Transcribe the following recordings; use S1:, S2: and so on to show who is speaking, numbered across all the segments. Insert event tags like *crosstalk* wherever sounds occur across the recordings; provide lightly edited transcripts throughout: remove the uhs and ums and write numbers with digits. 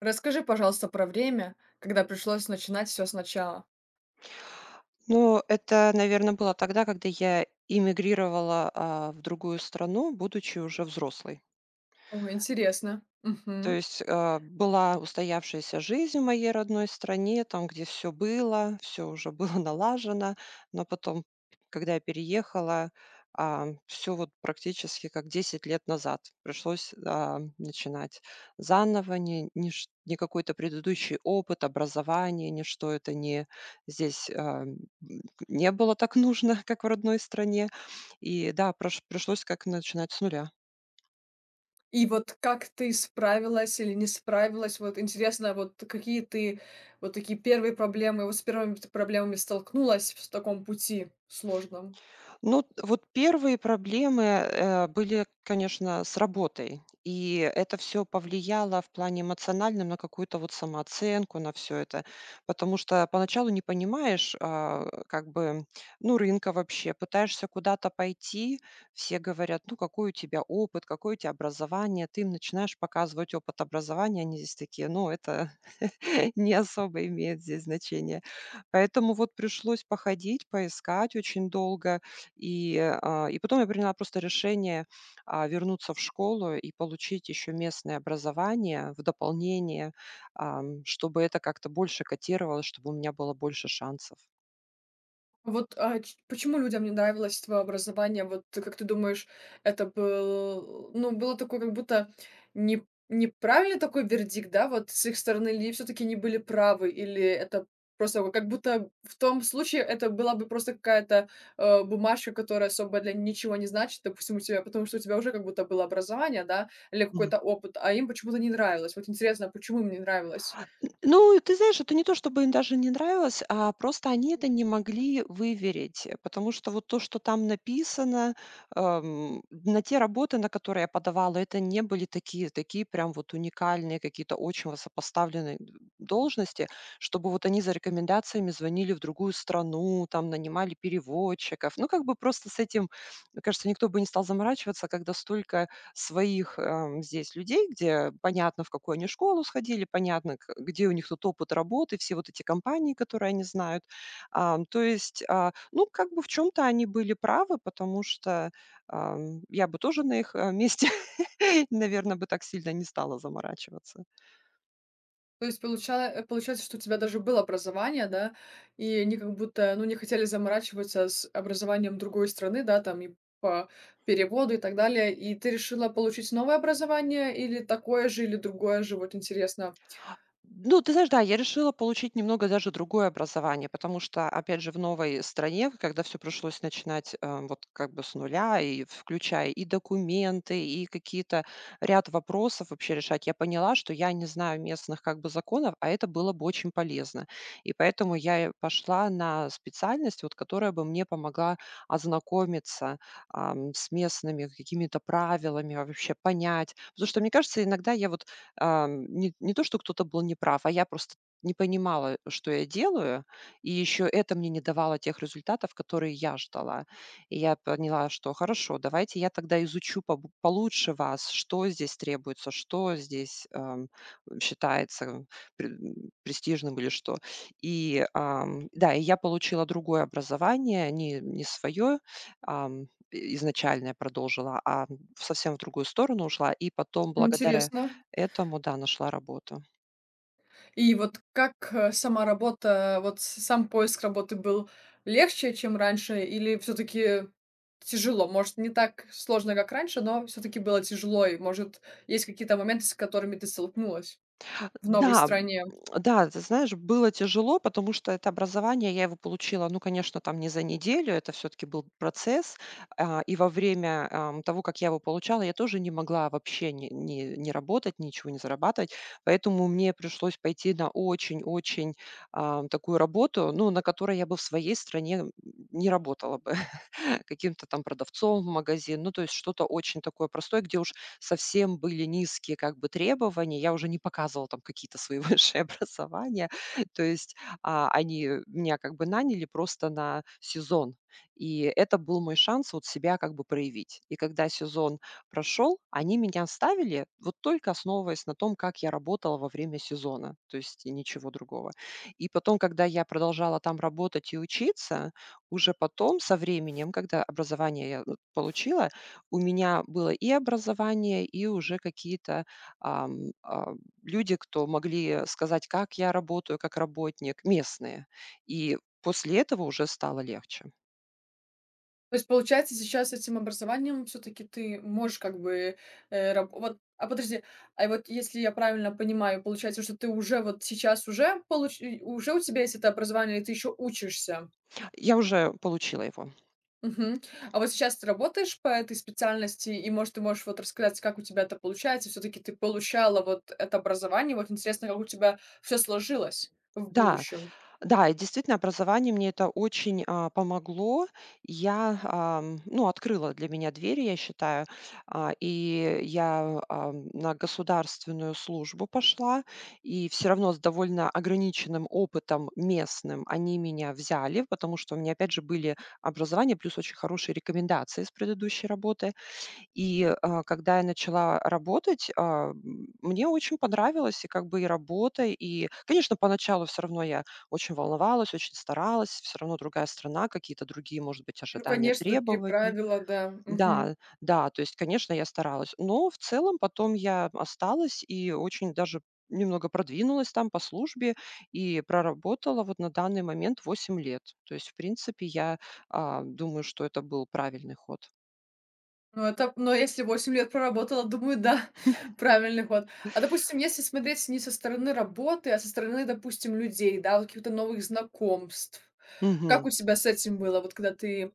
S1: Расскажи, пожалуйста, про время, когда пришлось начинать все сначала.
S2: Ну, это, наверное, было тогда, когда я эмигрировала, в другую страну, будучи уже взрослой.
S1: О, интересно.
S2: То
S1: Мгм.
S2: есть, была устоявшаяся жизнь в моей родной стране, там, где все было, все уже было *laughs* налажено, но потом, когда я переехала, все вот практически как 10 лет назад пришлось, начинать заново. Не ниш Ни какой-то предыдущий опыт, образование, ничто это не здесь, не было так нужно, *laughs* как в родной стране. И да, прош пришлось как начинать с нуля.
S1: И вот как ты справилась или не справилась? Вот интересно, вот какие ты вот такие первые проблемы, вот с первыми т проблемами столкнулась в таком пути сложном?
S2: Ну, вот первые проблемы, были, конечно, с работой. И это все повлияло в плане эмоциональном на какую-то вот самооценку, на все это. Потому что поначалу не понимаешь, как бы, ну, рынка вообще. Пытаешься куда-то пойти, все говорят: «Ну, какой у тебя опыт, какое у тебя образование?» Ты им начинаешь показывать опыт образования, они здесь такие: «Ну, это *laughs* не особо имеет здесь значение». Поэтому вот пришлось походить, поискать очень долго. И потом я приняла просто решение вернуться в школу и получить еще местное образование в дополнение, чтобы это как-то больше котировалось, чтобы у меня было больше шансов.
S1: А вот, а, ч почему людям не нравилось твое образование? Вот ты как ты думаешь, это был ну, было такое, как будто не неправильный такой вердикт, да, вот с их стороны, или все таки не были правы, или это просто вот как будто в том случае это была бы просто какая-то, бумажка, которая особо для ничего не значит, допустим, у тебя, потому что у тебя уже как будто было образование, да, или какой-то опыт, а им почему-то не нравилось. Вот интересно, почему им не нравилось?
S2: Ну, ты знаешь, это не то, чтобы им даже не нравилось, а просто они это не могли выверить, потому что вот то, что там написано, на те работы, на которые я подавала, это не были такие прям вот уникальные какие-то очень высокопоставленные д должности, чтобы вот они за рекомендациями звонили в другую страну, там нанимали переводчиков. Ну, как бы просто с этим, мне кажется, никто бы не стал заморачиваться, когда столько своих, здесь людей, где понятно, в какую они школу сходили, понятно, к где у них тут опыт работы, все вот эти компании, которые они знают. То есть, ну, как бы в чем то они были правы, потому что, я бы тоже на их, месте, *laughs* наверное, бы так сильно не стала заморачиваться.
S1: То есть получается, что у тебя даже было образование, да, и они как будто, ну, не хотели заморачиваться с образованием другой страны, да, там и по переводу и так далее. И ты решила получить новое образование или такое же, или другое же? Вот интересно.
S2: Ну, ты знаешь, да, я решила получить немного даже другое образование, потому что, опять же, в новой стране, когда все пришлось начинать, вот как бы с нуля, и включая и документы, и какие-то ряд вопросов вообще решать, я поняла, что я не знаю местных как бы законов, а это было бы очень полезно. И поэтому я и пошла на специальность, вот которая бы мне помогла ознакомиться, с местными какими-то правилами, вообще понять. Потому что, мне кажется, иногда я не то, что кто-то был неправ, а я просто не понимала, что я делаю, и еще это мне не давало тех результатов, которые я ждала. И я поняла, что хорошо, давайте я тогда изучу побо получше вас, что здесь требуется, что здесь, считается престижным или что. И да, и я получила другое образование, не свое, изначальное продолжила, а совсем в другую сторону ушла. И потом благодаря
S1: Интересно.
S2: этому, да, нашла работу.
S1: И вот как, сама работа, вот с сам поиск работы был легче, чем раньше, или все таки тяжело? Может, не так сложно, как раньше, но все таки было тяжело, и, может, есть какие-то моменты, с которыми ты столкнулась? В новой
S2: Да,
S1: стране.
S2: да, ты знаешь, было тяжело, потому что это образование, я его получила, ну, конечно, там не за неделю, это все-таки был процесс. И во время того, как я его получала, я тоже не могла вообще не работать, ничего не зарабатывать. Поэтому мне пришлось пойти на очень-очень такую работу, ну, на которой я бы в своей стране не работала бы. *laughs* Каким-то там продавцом в магазин, ну, то есть что-то очень такое простое, где уж совсем были низкие как бы требования. Я уже не показывала там какие-то свои *laughs* высшие образования. То есть, они меня как бы наняли просто на сезон. И это был мой шанс вот себя как бы проявить. И когда сезон прошел, они меня оставили вот только основываясь на том, как я работала во время сезона, то есть и ничего другого. И потом, когда я продолжала там работать и учиться, уже потом со временем, когда образование я, ну, получила, у меня было и образование, и уже какие-то ам, а, люди, кто могли сказать, как я работаю как работник, местные. И после этого уже стало легче.
S1: То есть, получается, сейчас с этим образованием все таки ты можешь как бы, а подожди, вот если я правильно понимаю, получается, что ты уже вот сейчас уже получ и уже у тебя есть это образование, и ты еще учишься.
S2: Я уже получила его.
S1: Мгм. А вот сейчас ты работаешь по этой специальности, и, может, ты можешь вот рассказать, как у тебя это получается? Все таки ты получала вот это образование. Вот интересно, как у тебя все сложилось в
S2: Да,
S1: будущем.
S2: да, и действительно, образование мне это очень, помогло. Я, ну, открыла для меня двери, я считаю. И я, на государственную службу пошла, и все равно с довольно ограниченным опытом местным они меня взяли, потому что у меня, опять же, были образование плюс очень хорошие рекомендации с предыдущей работы. И, когда я начала работать, мне очень понравилось и как бы и работа, и, конечно, поначалу все равно я очень волновалась, очень старалась. Все равно другая страна, какие-то другие, может быть,
S1: Ну,
S2: ожидания,
S1: конечно, другие
S2: требования.
S1: правила, да. Мгм.
S2: Да, да, то есть, конечно, я старалась, но в целом потом я осталась и очень даже немного продвинулась там по службе и проработала вот на данный момент 8 лет. То есть, в принципе, я, думаю, что это был правильный ход.
S1: Ну, но если 8 лет проработала, думаю, да, *laughs* правильный ход. А, допустим, если смотреть не со стороны работы, а со стороны, допустим, людей, да, вот каких-то новых знакомств. Как у тебя с этим было, вот когда ты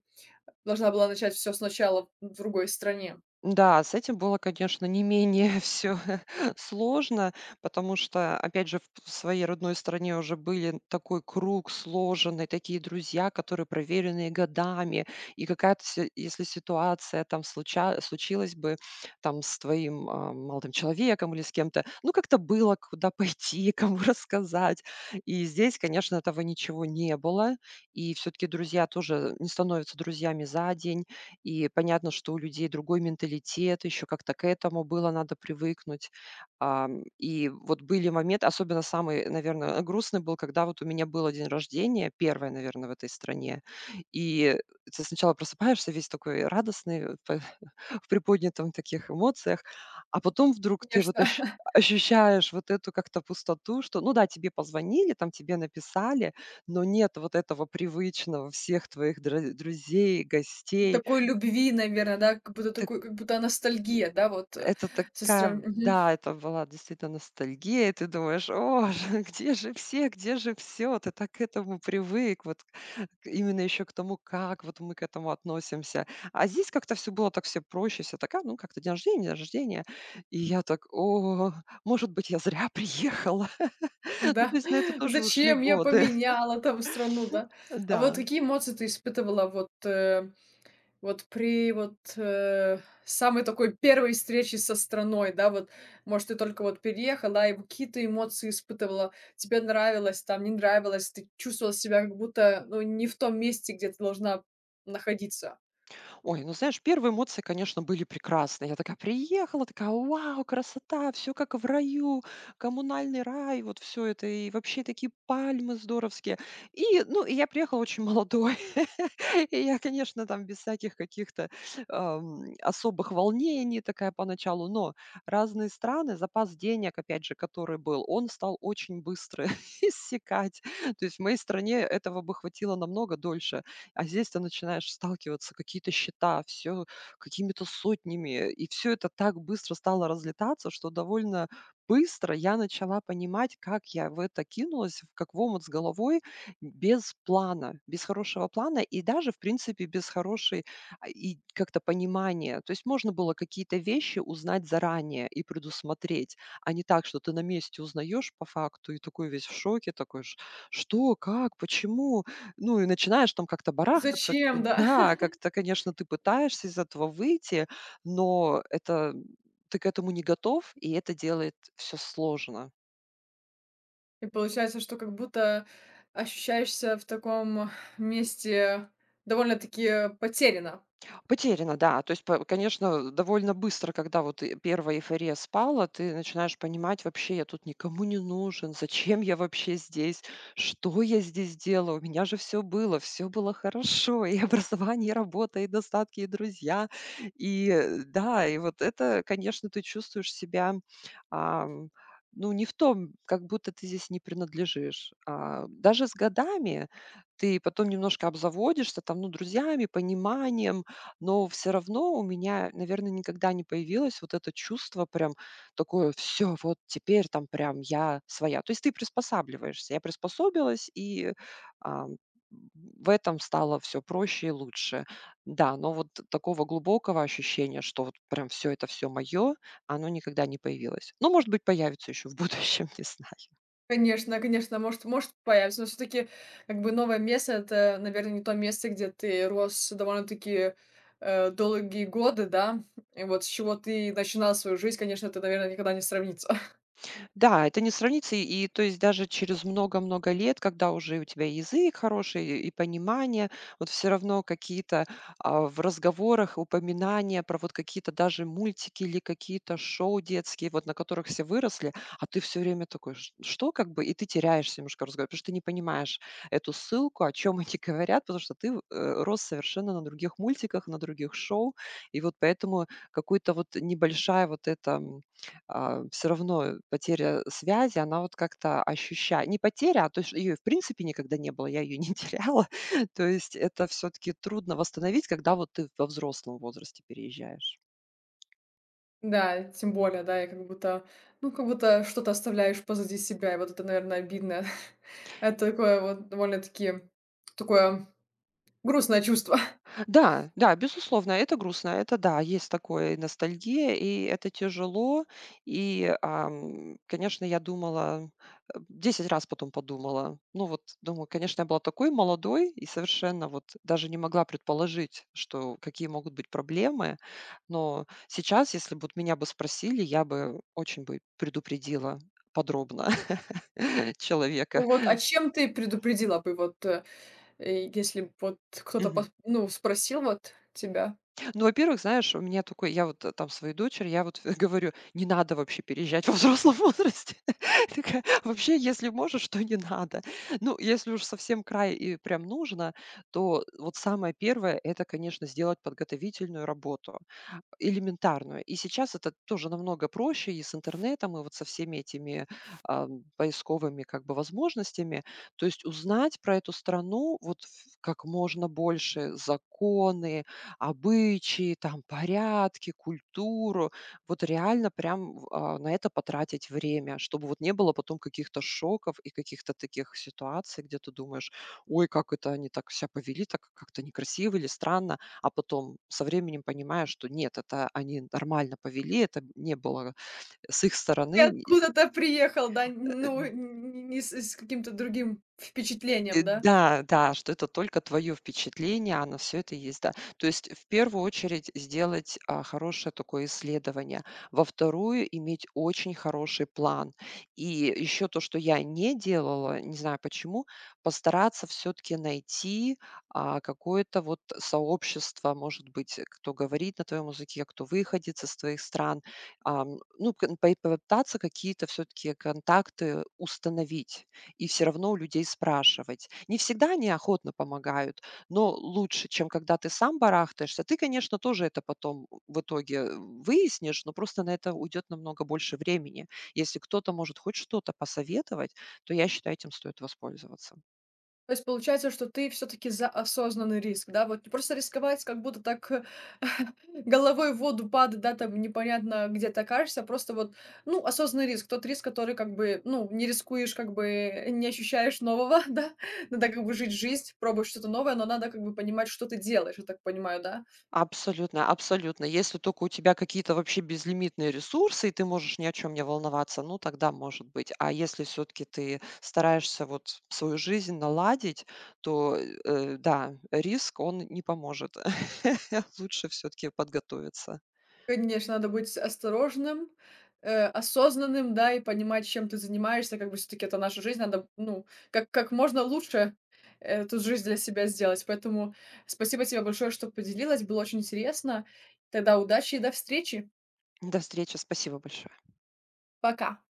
S1: должна была начать все сначала в другой стране?
S2: Да, с этим было, конечно, не менее *laughs* все сложно, потому что, опять же, в своей родной стране уже были такой круг сложенный, такие друзья, которые проверенные годами. И какая-то, се если ситуация там случа случилась бы там с твоим, молодым человеком или с кем-то, ну, как-то было куда пойти, *laughs* кому рассказать. И здесь, конечно, этого ничего не было. И все таки друзья тоже не становятся друзьями за день. И понятно, что у людей другой менталитет, еще как-то к этому было надо привыкнуть. И вот были моменты, особенно самый, наверное, грустный был, когда вот у меня был день рождения, первое, наверное, в этой стране. И ты сначала просыпаешься весь такой радостный, *laughs* п в приподнятом таких эмоциях, а потом вдруг ты вот
S1: Конечно,
S2: ощ
S1: *laughs*
S2: ощущаешь вот эту как-то пустоту, что, ну да, тебе позвонили, там тебе написали, но нет вот этого привычного всех твоих др друзей, гостей.
S1: такой любви, наверное, да, как будто
S2: Так
S1: такой, как будто ностальгия, да, вот,
S2: это
S1: со
S2: такая, в
S1: стороны. Мгм.
S2: да, это была действительно ностальгия, и ты думаешь: «О, *laughs* где же все, где же все? Ты так к этому привык, вот к именно еще к тому, как вот мы к этому относимся. А здесь как-то все было так все проще, все такая, ну как-то день рождения, день рождения». И я так: «О, может быть, я зря приехала». *laughs* Ну, то
S1: Да.
S2: есть на это
S1: *laughs*
S2: тоже ушли
S1: Зачем я
S2: годы.
S1: поменяла там страну, да?
S2: *laughs*
S1: А вот
S2: Да.
S1: какие эмоции ты испытывала вот, вот при вот, самой такой первой встрече со страной, да, вот, может, ты только вот переехала, и какие-то эмоции испытывала, тебе нравилось, там не нравилось, ты чувствовала себя как будто, ну, не в том месте, где ты должна находиться.
S2: Ой, ну знаешь, первые эмоции, конечно, были прекрасные. Я такая приехала, такая, вау, красота, все как в раю, коммунальный рай, вот все это, и вообще такие пальмы здоровские. И, ну, и я приехала очень молодой. *laughs* И я, конечно, там без всяких каких-то особых волнений такая поначалу, но разные страны, запас денег, опять же, который был, он стал очень быстро *laughs* иссякать. То есть в моей стране этого бы хватило намного дольше. А здесь ты начинаешь сталкиваться, какие-то счета, все какими-то сотнями. И все это так быстро стало разлетаться, что довольно быстро я начала понимать, как я в это кинулась, в как в омут с головой, без плана, без хорошего плана и даже, в принципе, без хорошей, и как-то понимания. То есть можно было какие-то вещи узнать заранее и предусмотреть, а не так, что ты на месте узнаешь по факту и такой весь в шоке, такой: "Ш Что? Как? Почему?» Ну и начинаешь там как-то барахтаться.
S1: Зачем, да?
S2: Да,
S1: *laughs*
S2: как-то, конечно, ты пытаешься из этого выйти, но это ты к этому не готов, и это делает все сложно.
S1: И получается, что как будто ощущаешься в таком месте довольно-таки потеряно.
S2: Потеряно, да. То есть, по конечно, довольно быстро, когда вот и первая эйфория спала, ты начинаешь понимать: «Вообще я тут никому не нужен, зачем я вообще здесь, что я здесь делаю? У меня же все было хорошо, и *laughs* образование, и работа, и достатки, и друзья». И, да, и вот это, конечно, ты чувствуешь себя, ам, ну, не в том, как будто ты здесь не принадлежишь. Даже с годами ты потом немножко обзаводишься там, ну, друзьями, пониманием, но все равно у меня, наверное, никогда не появилось вот это чувство прям такое: «Все вот теперь там прям я своя». То есть ты приспосабливаешься. Я приспособилась, и, ам, в этом стало все проще и лучше. Да, но вот такого глубокого ощущения, что вот прям все это все мое, оно никогда не появилось. Ну, может быть, появится еще в будущем, *laughs* не знаю.
S1: Конечно, конечно, может, может появится, но все таки как бы новое место — это, наверное, не то место, где ты рос довольно-таки, долгие годы, да. И вот с чего ты начинал свою жизнь, конечно, это, наверное, никогда не сравнится. *laughs*
S2: Да, это не сравнится. И то есть даже через много-много лет, когда уже у тебя и язык хороший и понимание, вот все равно какие-то, в разговорах упоминания про вот какие-то даже мультики или какие-то шоу детские, вот на которых все выросли, а ты все время такой: "Ш Что?» Как бы, и ты теряешься немножко в разговоре, потому что ты не понимаешь эту ссылку, о чем *laughs* они говорят, потому что ты, рос совершенно на других мультиках, на других шоу. И вот поэтому какой-то вот небольшая вот эта все равно потеря связи, она вот как-то ощуща не потеря, а то, есть ее в принципе никогда не было, я ее не *laughs* теряла. То есть это все таки трудно восстановить, когда вот ты во взрослом возрасте переезжаешь.
S1: Да, тем более, да, и как будто, ну, как будто что-то оставляешь позади себя, и вот это, наверное, обидно. *laughs* Это такое вот довольно-таки такое грустное чувство. *laughs*
S2: Да, да, безусловно, это грустно, это да, есть такое, и ностальгия, и это тяжело. И, конечно, я думала, 10 раз потом подумала. Ну вот, думаю, конечно, я была такой молодой и совершенно вот даже не могла предположить, что какие могут быть проблемы. Но сейчас, если бы вот меня бы спросили, я бы очень бы предупредила подробно *laughs* человека.
S1: Вот, а чем ты предупредила бы, вот, если б вот кто-то
S2: Мгм.
S1: пос ну, спросил вот тебя?
S2: Ну, во-первых, знаешь, у меня такой, я вот там своей дочери, я вот *laughs* говорю, не надо вообще переезжать во взрослом возрасте. *laughs* Такая, вообще, если можешь, то не надо. Ну, если уж совсем край и прям нужно, то вот самое первое, это, конечно, сделать подготовительную работу. Элементарную. И сейчас это тоже намного проще и с интернетом, и вот со всеми этими, поисковыми как бы возможностями. То есть узнать про эту страну вот ф как можно больше: законы, обычаи, там порядки, культуру. Вот реально прям на это потратить время, чтобы вот не было потом каких-то шоков и каких-то таких ситуаций, где ты думаешь: «Ой, как это они так ся повели, так как-то некрасиво или странно», а потом со временем понимаешь, что нет, это они нормально повели, это не было с их
S1: Ты
S2: стороны ни
S1: откуда-то приехал, да,
S2: э
S1: ну, н не с каким-то другим впечатлением, да?
S2: Да, да, что это только твое впечатление, а на всё это есть, да. То есть в первую очередь сделать, хорошее такое исследование, во вторую иметь очень хороший план. И еще то, что я не делала, не знаю почему, постараться все-таки найти, какое-то вот сообщество, может быть, кто говорит на твоем языке, кто выходит из твоих стран. Ну, кон пой попытаться какие-то все-таки контакты установить и все равно у людей спрашивать. Не всегда они охотно помогают, но лучше, чем когда ты сам барахтаешься. Ты, конечно, тоже это потом в итоге выяснишь, но просто на это уйдет намного больше времени. Если кто-то может хоть что-то посоветовать, то я считаю, этим стоит воспользоваться.
S1: То есть получается, что ты все таки за осознанный риск, да? Вот не просто рисковать, как будто так, *laughs* головой в воду падать, да, там непонятно где ты окажешься. А просто вот, ну, осознанный риск, тот риск, который как бы, ну, не рискуешь, как бы не ощущаешь нового, *laughs* да? Надо как бы жить жизнь, пробовать что-то новое, но надо как бы понимать, что ты делаешь, я так понимаю, да?
S2: Абсолютно, абсолютно. Если только у тебя какие-то вообще безлимитные ресурсы, и ты можешь ни о чем не волноваться, ну, тогда может быть. А если все таки ты стараешься вот свою жизнь наладить, то, да, риск, он не поможет. *laughs* Лучше все таки подготовиться.
S1: Конечно, надо быть осторожным, осознанным, да, и понимать, чем ты занимаешься. Как бы все-таки это наша жизнь, надо, ну, как можно лучше эту жизнь для себя сделать. Поэтому спасибо тебе большое, что поделилась, было очень интересно. Тогда удачи и до встречи.
S2: До встречи, спасибо большое.
S1: Пока.